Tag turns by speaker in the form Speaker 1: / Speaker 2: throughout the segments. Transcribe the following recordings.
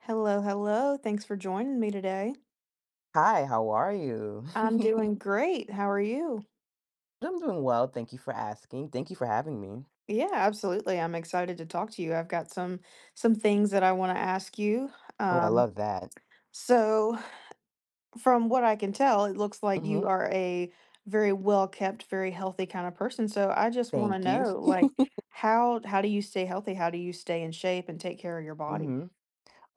Speaker 1: Hello, hello. Thanks for joining me today.
Speaker 2: Hi, how are you?
Speaker 1: I'm doing great. How are you?
Speaker 2: I'm doing well. Thank you for asking. Thank you for having me.
Speaker 1: Yeah, absolutely. I'm excited to talk to you. I've got some things that I want to ask you.
Speaker 2: Oh, I
Speaker 1: Um,
Speaker 2: love that.
Speaker 1: so from what I can tell, it looks like
Speaker 2: Hmm.
Speaker 1: you are a very well-kept, very healthy kind of person. So I just want to
Speaker 2: Thank you.
Speaker 1: know, like, how do you stay healthy? How do you stay in shape and take care of your body?
Speaker 2: hmm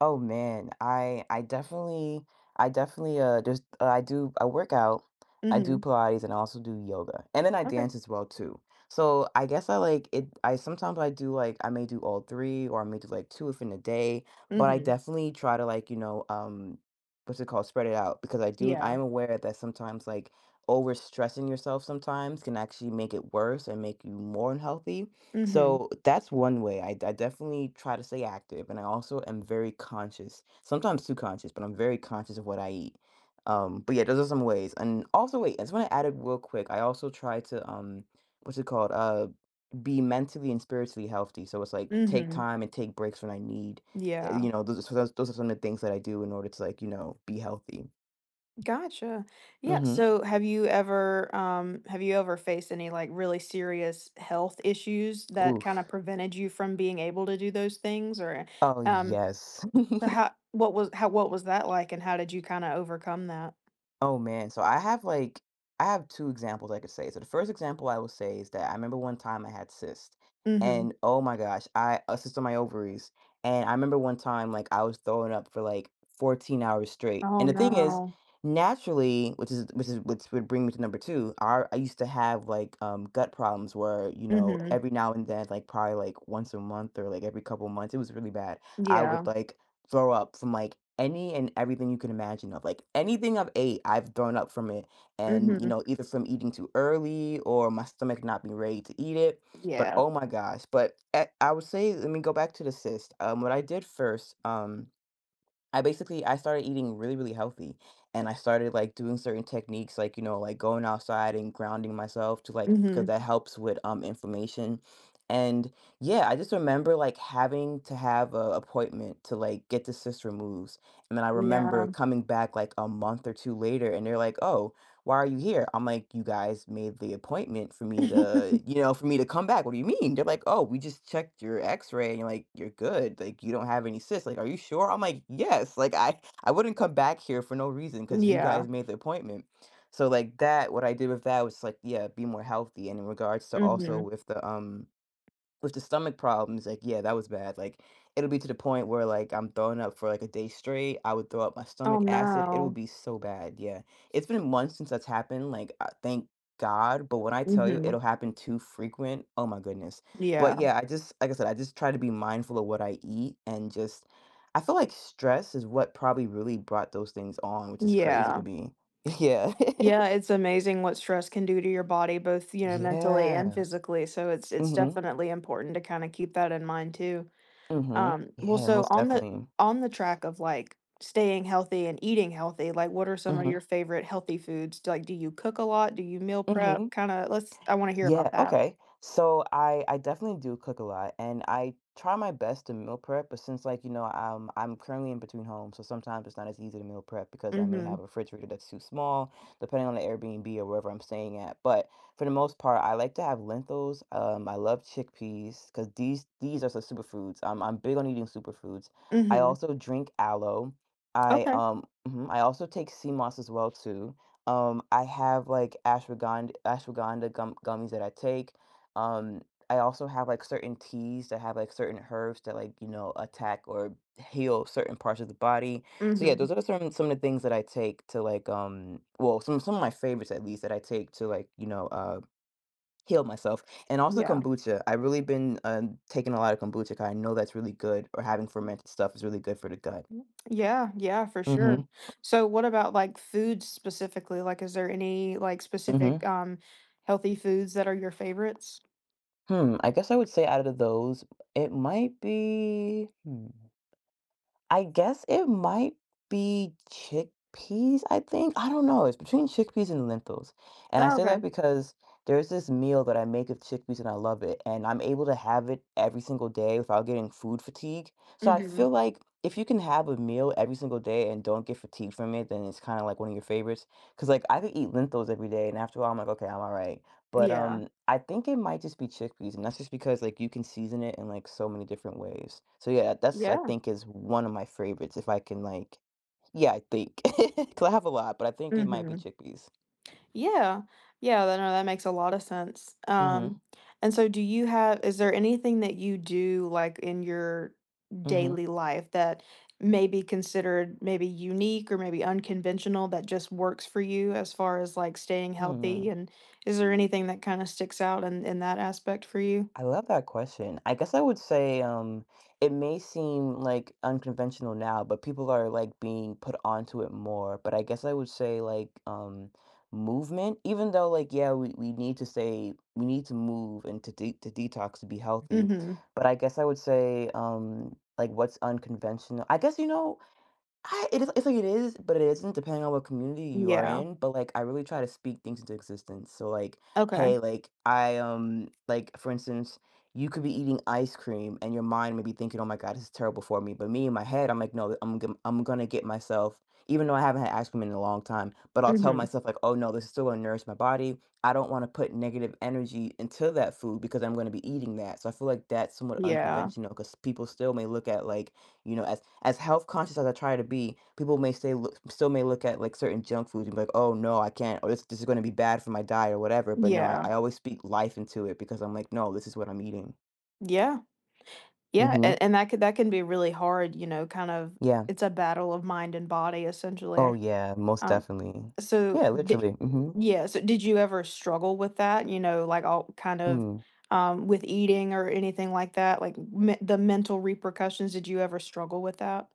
Speaker 2: Oh, man, I definitely just I do I work out, I do
Speaker 1: Mm-hmm.
Speaker 2: Pilates and I also do yoga. And then I
Speaker 1: Okay.
Speaker 2: dance as well too. So I guess I like it I sometimes I do like I may do all three or I may do like two if in a day, but I
Speaker 1: Mm-hmm.
Speaker 2: definitely try to like spread it out because I
Speaker 1: Yeah.
Speaker 2: am aware that sometimes like overstressing yourself sometimes can actually make it worse and make you more unhealthy.
Speaker 1: Mm-hmm.
Speaker 2: So that's one way. I definitely try to stay active, and I also am very conscious, sometimes too conscious, but I'm very conscious of what I eat. But yeah, those are some ways. And also, wait, I just want to add it real quick. I also try to what's it called? Be mentally and spiritually healthy. So it's like take
Speaker 1: Mm-hmm.
Speaker 2: time and take breaks when I need. uh,
Speaker 1: Yeah.
Speaker 2: You know, those are- so those are some of the things that I do in order to be healthy.
Speaker 1: Gotcha. Yeah.
Speaker 2: Mm-hmm.
Speaker 1: So have you ever faced any like really serious health issues that
Speaker 2: Oof.
Speaker 1: kind of prevented you from being able to do those things or
Speaker 2: Oh
Speaker 1: um
Speaker 2: yes.
Speaker 1: so how what was that like and how did you kind of overcome that?
Speaker 2: Oh, man, so I have two examples I could say. So the first example I will say is that I remember one time I had cysts,
Speaker 1: Mm-hmm.
Speaker 2: and oh my gosh, I a cyst on my ovaries, and I remember one time, like, I was throwing up for, like, 14 hours straight,
Speaker 1: Oh
Speaker 2: and the thing is,
Speaker 1: no.
Speaker 2: naturally, which would bring me to number two, our I used to have, like, gut problems where,
Speaker 1: Mm-hmm.
Speaker 2: every now and then, like, probably, like, once a month or, like, every couple months, it was really bad. I
Speaker 1: Yeah.
Speaker 2: would, like throw up from like any and everything you can imagine of like anything I've ate, I've thrown up from it. And,
Speaker 1: Mm-hmm.
Speaker 2: either from eating too early or my stomach not being ready to eat it. But
Speaker 1: Yeah.
Speaker 2: oh my gosh. I would say, let me go back to the cyst. What I did first, I basically I started eating really, really healthy, and I started, like, doing certain techniques, like, like, going outside and grounding myself to, like because that
Speaker 1: Mm-hmm.
Speaker 2: helps with, inflammation, and, yeah, I just remember, like, having to have a appointment to, like, get the cyst removed, and then I
Speaker 1: Yeah.
Speaker 2: remember coming back, like, a month or two later, and they're like, "Oh, why are you here?" I'm like, "You guys made the appointment for me to, for me to come back. What do you mean?" They're like, "Oh, we just checked your x-ray and you're like, you're good. Like, you don't have any cysts." Like, are you sure? I'm like, "Yes." Like, I wouldn't come back here for no reason because you
Speaker 1: Yeah.
Speaker 2: guys made the appointment. So like that, what I did with that was like, yeah, be more healthy. And in regards to
Speaker 1: Mm-hmm.
Speaker 2: also with the stomach problems, like, yeah, that was bad, like, it'll be to the point where, like, I'm throwing up for, like, a day straight, I would throw up my
Speaker 1: Oh
Speaker 2: stomach acid, it would
Speaker 1: no.
Speaker 2: be so bad, yeah. It's been months since that's happened, like, thank God, but when I tell you
Speaker 1: Mm-hmm.
Speaker 2: it'll happen too frequent, oh my goodness. But,
Speaker 1: Yeah.
Speaker 2: yeah, I just like I said, I just try to be mindful of what I eat and just I feel like stress is what probably really brought those things on, which is crazy to
Speaker 1: Yeah.
Speaker 2: me. Yeah.
Speaker 1: Yeah, it's amazing what stress can do to your body, both, you know, mentally and
Speaker 2: Yeah.
Speaker 1: physically, so it's
Speaker 2: Mhm,
Speaker 1: definitely important to kinda keep that in mind too.
Speaker 2: mhm.
Speaker 1: Well,
Speaker 2: Yeah,
Speaker 1: so
Speaker 2: most
Speaker 1: on the
Speaker 2: definitely.
Speaker 1: on the track of, like, staying healthy and eating healthy, like, what are some of your
Speaker 2: Mhm,
Speaker 1: favorite healthy foods? Do- Like, do you cook a lot? Do you meal prep?
Speaker 2: mhm.
Speaker 1: Kinda let's I wanna hear about
Speaker 2: Yeah,
Speaker 1: that.
Speaker 2: okay. So I definitely do cook a lot and I try my best to meal prep, but since like, I'm currently in between homes, so sometimes it's not as easy to meal prep because I may have
Speaker 1: Mhm.
Speaker 2: a refrigerator that's too small, depending on the Airbnb or wherever I'm staying at. But for the most part, I like to have lentils. I love chickpeas because these are some superfoods. I'm big on eating superfoods. I
Speaker 1: Mhm.
Speaker 2: also drink aloe. I
Speaker 1: Okay.
Speaker 2: um mhm, I also take sea moss as well too. I have, like, ashwagandha gummies that I take. Um, I also have, like, certain teas that have, like, certain herbs that, like, attack or heal certain parts of the body. So, yeah,
Speaker 1: Mhm.
Speaker 2: those are some of the things that I take to, like, well, some of my favorites, at least, that I take to, like, heal myself. And also
Speaker 1: Yeah.
Speaker 2: kombucha. I've really been, taking a lot of kombucha 'cause I know that's really good or having fermented stuff is really good for the gut.
Speaker 1: Yeah, yeah, for sure.
Speaker 2: Mhm.
Speaker 1: So what about like foods specifically? Like is there any like specific
Speaker 2: Mhm.
Speaker 1: healthy foods that are your favorites?
Speaker 2: I guess I would say out of those, it might be, I guess it might be chickpeas, I think. I don't know. It's between chickpeas and lentils. And I
Speaker 1: Oh,
Speaker 2: say that
Speaker 1: okay.
Speaker 2: because there's this meal that I make of chickpeas and I love it. And I'm able to have it every single day without getting food fatigue. So I
Speaker 1: Mhm.
Speaker 2: feel like if you can have a meal every single day and don't get fatigued from it, then it's kind of like one of your favorites. Because like I could eat lentils every day and after a while I'm like, okay, I'm all right. But,
Speaker 1: Yeah.
Speaker 2: I think it might just be chickpeas, and that's just because, like, you can season it in, like, so many different ways. So, yeah, that's I
Speaker 1: Yeah.
Speaker 2: think is one of my favorites if I can, like yeah, I think because I have a lot, but I think it might be
Speaker 1: Mhm.
Speaker 2: chickpeas.
Speaker 1: Yeah. Yeah, that no, that makes a lot of sense.
Speaker 2: Mhm,
Speaker 1: And so do you have is there anything that you do, like, in your
Speaker 2: mhm,
Speaker 1: daily life that may be considered maybe unique or maybe unconventional that just works for you as far as, like, staying
Speaker 2: hmm.
Speaker 1: healthy, and is there anything that kinda sticks out in that aspect for you?
Speaker 2: I love that question. I guess I would say it may seem like unconventional now, but people are like being put onto it more. But I guess I would say like movement, even though like yeah, we need to stay, we need to move and to detox to be healthy.
Speaker 1: Mhm.
Speaker 2: But I guess I would say like what's unconventional. I guess you know I it is it's like it is, but it isn't depending on what community you are
Speaker 1: Yeah.
Speaker 2: in, but, like, I really try to speak things into existence, so, like,
Speaker 1: Okay.
Speaker 2: "Hey," like, like, for instance, you could be eating ice cream and your mind may be thinking, "Oh my god, this is terrible for me," but me in my head, I'm like, "No, I'm gonna get myself" even though I haven't had ice cream in a long time, but I'll tell
Speaker 1: Mhm.
Speaker 2: myself, like, "Oh no, this is still gonna nourish my body. I don't wanna put negative energy into that food because I'm gonna be eating that." So I feel like that's somewhat
Speaker 1: Yeah.
Speaker 2: unconventional because people still may look at, like, as health conscious as I try to be, people still may look at like certain junk foods and be like, "Oh no, I can't," or "This is going to be bad for my diet" or whatever. But no, I,
Speaker 1: Yeah.
Speaker 2: I always speak life into it because I'm like, "No, this is what I'm eating."
Speaker 1: Yeah. Yeah,
Speaker 2: Mm-hmm.
Speaker 1: and that could that can be really hard, you know, kind of
Speaker 2: Yeah.
Speaker 1: it's a battle of mind and body
Speaker 2: Oh
Speaker 1: essentially.
Speaker 2: yeah, most
Speaker 1: Um,
Speaker 2: definitely.
Speaker 1: so
Speaker 2: Yeah,
Speaker 1: di
Speaker 2: literally. Mm-hmm.
Speaker 1: yeah, so did you ever struggle with that, you know, like all kind of with eating or anything like that? Like me the mental repercussions, did you ever struggle with that?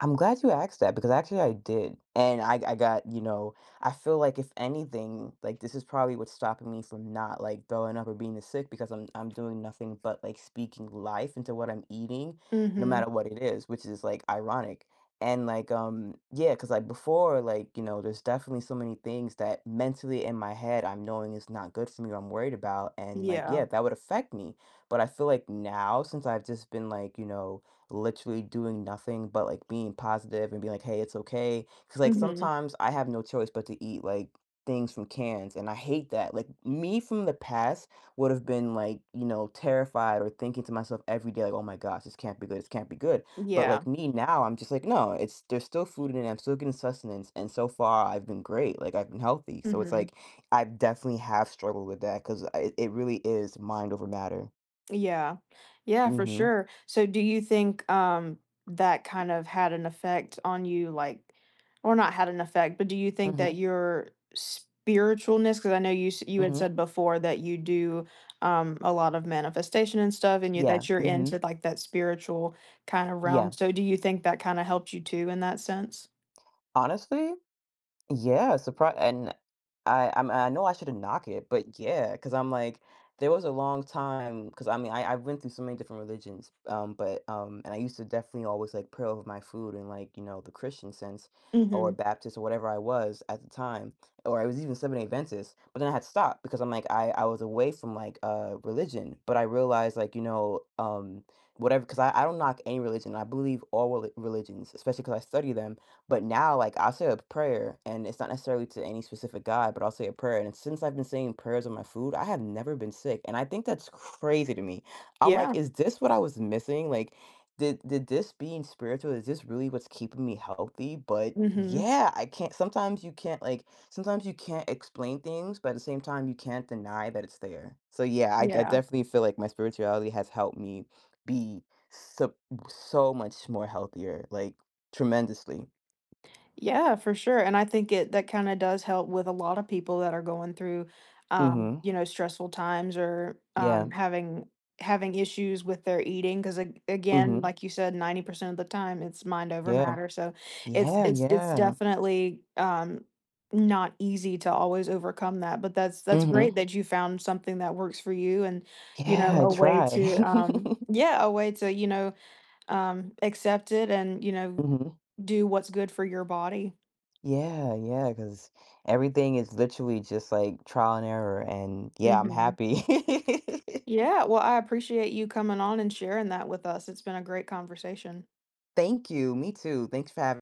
Speaker 2: I'm glad you asked that because actually I did. And I got, I feel like if anything, like this is probably what's stopping me from not like throwing up or being sick because I'm doing nothing but like speaking life into what I'm eating, no
Speaker 1: Mhm.
Speaker 2: matter what it is, which is like ironic. And like yeah, because like before, like, there's definitely so many things that mentally in my head I'm knowing is not good for me or I'm worried about. And like,
Speaker 1: Yeah.
Speaker 2: yeah, that would affect me. But I feel like now since I've just been like, literally doing nothing but like being positive and being like, hey, it's okay. Cause like
Speaker 1: Mhm.
Speaker 2: sometimes I have no choice but to eat like things from cans and I hate that. Like me from the past would have been like, terrified or thinking to myself every day, like, oh my gosh, this can't be good, this can't be good. But
Speaker 1: Yeah.
Speaker 2: like me now, I'm just like, no, it's there's still food in it. I'm still getting sustenance. And so far I've been great. Like I've been healthy. So it's
Speaker 1: Mhm.
Speaker 2: like I definitely have struggled with that because it really is mind over matter.
Speaker 1: Yeah. Yeah, for
Speaker 2: Mm-hmm.
Speaker 1: sure. So do you think that kind of had an effect on you like or not had an effect, but do you think
Speaker 2: Mm-hmm.
Speaker 1: that your spiritualness, because I know you had
Speaker 2: Mm-hmm.
Speaker 1: said before that you do a lot of manifestation and stuff and you
Speaker 2: Yeah.
Speaker 1: that you're
Speaker 2: Mm-hmm.
Speaker 1: into like that spiritual kind of realm.
Speaker 2: Yeah.
Speaker 1: So do you think that kind of helped you too in that sense?
Speaker 2: Honestly, yeah, surprise and I know I shouldn't knock it, but yeah, because 'cause I'm like, there was a long time, because I mean, I went through so many different religions, and I used to definitely always, like, pray over my food and like, the Christian sense or
Speaker 1: Mhm.
Speaker 2: Baptist or whatever I was at the time, or I was even Seventh-day Adventist, but then I had to stop because I'm like, I was away from, like, religion, but I realized, like, whatever because I don't knock any religion, I believe all religions, especially because I study them. But now, like, I'll say a prayer, and it's not necessarily to any specific God, but I'll say a prayer. And since I've been saying prayers on my food, I have never been sick. And I think that's crazy to me. I'm
Speaker 1: Yeah.
Speaker 2: like, is this what I was missing? Like, did this being spiritual, is this really what's keeping me healthy? But
Speaker 1: Mhm.
Speaker 2: yeah, I can't sometimes you can't explain things, but at the same time you can't deny that it's there. So yeah, I
Speaker 1: Yeah.
Speaker 2: definitely feel like my spirituality has helped me be so so much more healthier, like tremendously.
Speaker 1: Yeah, for sure. And I think it that kind of does help with a lot of people that are going through
Speaker 2: Mhm.
Speaker 1: you know, stressful times or
Speaker 2: Yeah.
Speaker 1: having having issues with their eating because again,
Speaker 2: Mhm.
Speaker 1: like you said, 90% of the time it's mind over
Speaker 2: Yeah.
Speaker 1: matter. So it's
Speaker 2: Yeah,
Speaker 1: it's it's
Speaker 2: yeah.
Speaker 1: definitely not easy to always overcome that. But that's great
Speaker 2: Mhm.
Speaker 1: that you found something that works for you and you know,
Speaker 2: Yeah, I
Speaker 1: a way
Speaker 2: try.
Speaker 1: to um yeah, a way to, you know, accept it and, you know,
Speaker 2: Mhm.
Speaker 1: do what's good for your body.
Speaker 2: Yeah, yeah. Cause everything is literally just, like, trial and error, and, yeah, I'm
Speaker 1: Mhm.
Speaker 2: happy.
Speaker 1: Yeah, well, I appreciate you coming on and sharing that with us. It's been a great conversation.
Speaker 2: Thank you, me too. Thanks for having.